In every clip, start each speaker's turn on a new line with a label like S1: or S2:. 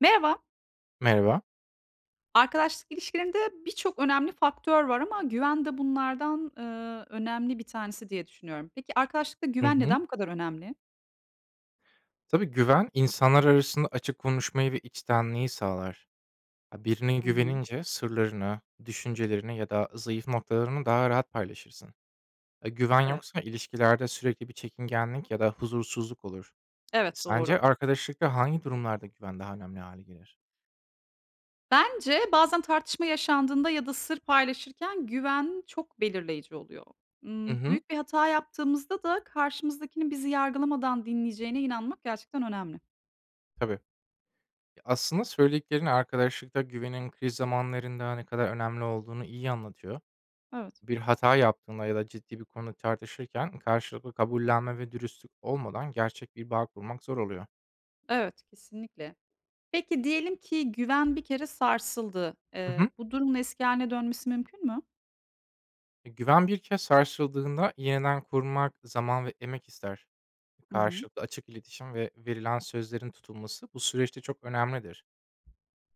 S1: Merhaba.
S2: Merhaba.
S1: Arkadaşlık ilişkilerinde birçok önemli faktör var ama güven de bunlardan, önemli bir tanesi diye düşünüyorum. Peki arkadaşlıkta
S2: Hı
S1: güven
S2: hı.
S1: neden bu kadar önemli?
S2: Tabii güven, insanlar arasında açık konuşmayı ve içtenliği sağlar. Ya, birine
S1: Hı hı.
S2: güvenince sırlarını, düşüncelerini ya da zayıf noktalarını daha rahat paylaşırsın. Güven
S1: Evet.
S2: yoksa ilişkilerde sürekli bir çekingenlik ya da huzursuzluk olur.
S1: Evet, doğru.
S2: Sence arkadaşlıkta hangi durumlarda güven daha önemli hale gelir?
S1: Bence bazen tartışma yaşandığında ya da sır paylaşırken güven çok belirleyici oluyor.
S2: Hı hı.
S1: Büyük bir hata yaptığımızda da karşımızdakinin bizi yargılamadan dinleyeceğine inanmak gerçekten önemli.
S2: Tabii. Ya, aslında söylediklerin arkadaşlıkta güvenin kriz zamanlarında ne kadar önemli olduğunu iyi anlatıyor.
S1: Evet,
S2: Bir hata yaptığında ya da ciddi bir konu tartışırken karşılıklı kabullenme ve dürüstlük olmadan gerçek bir bağ kurmak zor oluyor.
S1: evet, kesinlikle. Peki diyelim ki güven bir kere sarsıldı.
S2: Hı hı.
S1: Bu durumun eski hâline dönmesi mümkün mü?
S2: Güven bir kez sarsıldığında yeniden kurmak zaman ve emek ister.
S1: Hı hı.
S2: Karşılıklı açık iletişim ve verilen sözlerin tutulması bu süreçte çok önemlidir.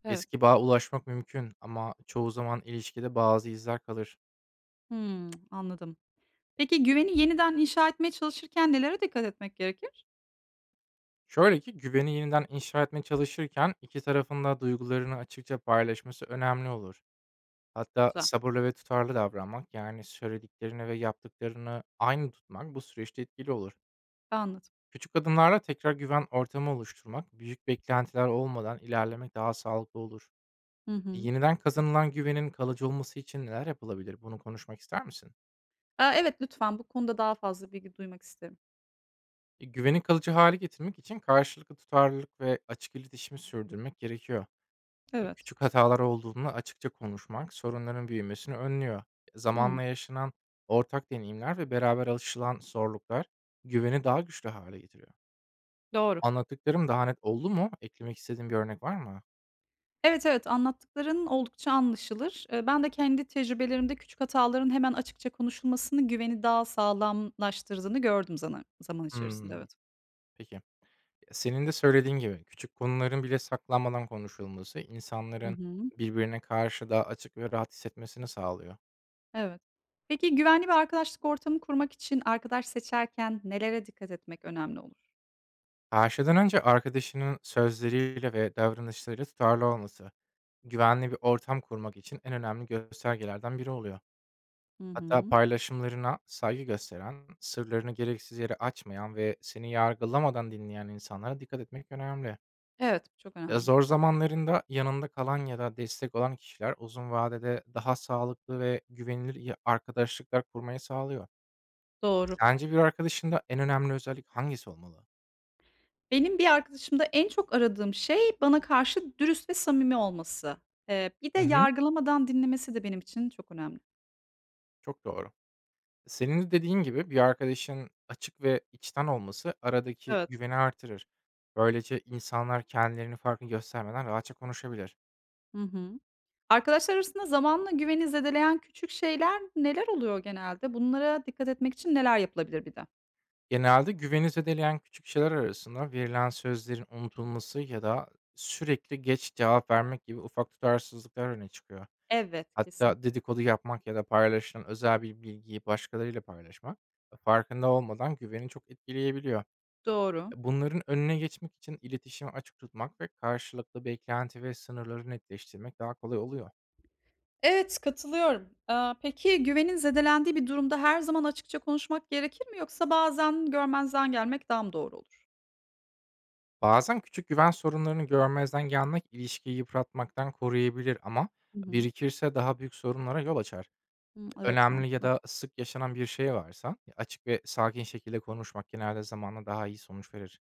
S1: Evet.
S2: Eski bağa ulaşmak mümkün ama çoğu zaman ilişkide bazı izler kalır.
S1: Hımm, anladım. Peki güveni yeniden inşa etmeye çalışırken nelere dikkat etmek gerekir?
S2: Şöyle ki güveni yeniden inşa etmeye çalışırken iki tarafın da duygularını açıkça paylaşması önemli olur. Hatta
S1: Güzel,
S2: sabırlı ve tutarlı davranmak, yani söylediklerini ve yaptıklarını aynı tutmak bu süreçte etkili olur.
S1: anladım.
S2: Küçük adımlarla tekrar güven ortamı oluşturmak, büyük beklentiler olmadan ilerlemek daha sağlıklı olur.
S1: Hı hı.
S2: Yeniden kazanılan güvenin kalıcı olması için neler yapılabilir? Bunu konuşmak ister misin?
S1: Aaa, evet, lütfen bu konuda daha fazla bilgi duymak isterim.
S2: Güveni kalıcı hale getirmek için karşılıklı tutarlılık ve açık iletişimi sürdürmek gerekiyor.
S1: Evet.
S2: Küçük hatalar olduğunda açıkça konuşmak sorunların büyümesini önlüyor.
S1: Hımm.
S2: Zamanla yaşanan ortak deneyimler ve beraber alışılan zorluklar güveni daha güçlü hale getiriyor.
S1: Doğru.
S2: Anlattıklarım daha net oldu mu? Eklemek istediğin bir örnek var mı?
S1: Evet, evet, anlattıkların oldukça anlaşılır. Ben de kendi tecrübelerimde küçük hataların hemen açıkça konuşulmasını güveni daha sağlamlaştırdığını gördüm zana zaman içerisinde,
S2: Hmm,
S1: evet.
S2: peki. Senin de söylediğin gibi küçük konuların bile saklanmadan konuşulması
S1: Hı
S2: insanların
S1: hı.
S2: birbirine karşı daha açık ve rahat hissetmesini sağlıyor.
S1: Evet. Peki güvenli bir arkadaşlık ortamı kurmak için arkadaş seçerken nelere dikkat etmek önemli olur?
S2: Her şeyden önce arkadaşının sözleriyle ve davranışlarıyla tutarlı olması, güvenli bir ortam kurmak için en önemli göstergelerden biri oluyor.
S1: Hı
S2: Hatta
S1: hı.
S2: paylaşımlarına saygı gösteren, sırlarını gereksiz yere açmayan ve seni yargılamadan dinleyen insanlara dikkat etmek önemli.
S1: Evet, bu çok
S2: Ya,
S1: önemli.
S2: zor zamanlarında yanında kalan ya da destek olan kişiler uzun vadede daha sağlıklı ve güvenilir iyi arkadaşlıklar kurmayı sağlıyor.
S1: Doğru.
S2: Sence bir arkadaşında en önemli özellik hangisi olmalı?
S1: Benim bir arkadaşımda en çok aradığım şey bana karşı dürüst ve samimi olması. Bir de
S2: Hı hı,
S1: yargılamadan dinlemesi de benim için çok önemli.
S2: çok doğru. Senin de dediğin gibi bir arkadaşın açık ve içten olması aradaki
S1: Evet.
S2: güveni artırır. Böylece insanlar kendilerini farklı göstermeden rahatça konuşabilir.
S1: Hı hı. Arkadaşlar arasında zamanla güveni zedeleyen küçük şeyler neler oluyor genelde? Bunlara dikkat etmek için neler yapılabilir bir de?
S2: Genelde güveni zedeleyen küçük şeyler arasında verilen sözlerin unutulması ya da sürekli geç cevap vermek gibi ufak tutarsızlıklar öne çıkıyor.
S1: Evet,
S2: Hatta
S1: kesinlikle.
S2: dedikodu yapmak ya da paylaşılan özel bir bilgiyi başkalarıyla paylaşmak farkında olmadan güveni çok etkileyebiliyor.
S1: Doğru.
S2: Bunların önüne geçmek için iletişimi açık tutmak ve karşılıklı beklenti ve sınırları netleştirmek daha kolay oluyor.
S1: Evet, katılıyorum. Aa, peki güvenin zedelendiği bir durumda her zaman açıkça konuşmak gerekir mi yoksa bazen görmezden gelmek daha mı doğru olur?
S2: Bazen küçük güven sorunlarını görmezden gelmek ilişkiyi yıpratmaktan koruyabilir ama
S1: Hı hı.
S2: birikirse daha büyük sorunlara yol açar.
S1: Hı, evet,
S2: Önemli ya
S1: mantıklı.
S2: da sık yaşanan bir şey varsa açık ve sakin şekilde konuşmak genelde zamanla daha iyi sonuç verir.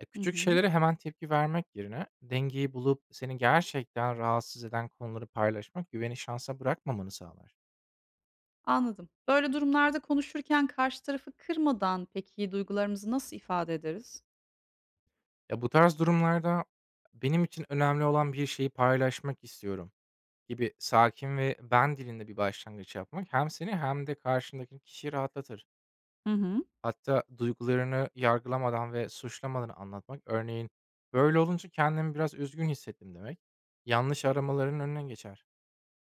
S1: Hı
S2: Küçük
S1: hı.
S2: şeylere hemen tepki vermek yerine dengeyi bulup seni gerçekten rahatsız eden konuları paylaşmak güveni şansa bırakmamanı sağlar.
S1: Anladım. Böyle durumlarda konuşurken karşı tarafı kırmadan peki duygularımızı nasıl ifade ederiz?
S2: Ya, bu tarz durumlarda benim için önemli olan bir şeyi paylaşmak istiyorum gibi sakin ve ben dilinde bir başlangıç yapmak hem seni hem de karşındaki kişiyi rahatlatır.
S1: Hı hı.
S2: Hatta duygularını yargılamadan ve suçlamadan anlatmak, örneğin, "Böyle olunca kendimi biraz üzgün hissettim." demek, yanlış aramaların önüne geçer.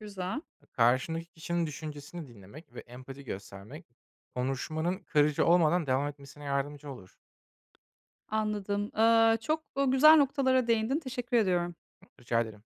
S1: Güzel,
S2: Karşındaki kişinin düşüncesini dinlemek ve empati göstermek konuşmanın kırıcı olmadan devam etmesine yardımcı olur.
S1: anladım. Çok, güzel noktalara değindin. Teşekkür ediyorum.
S2: Rica ederim.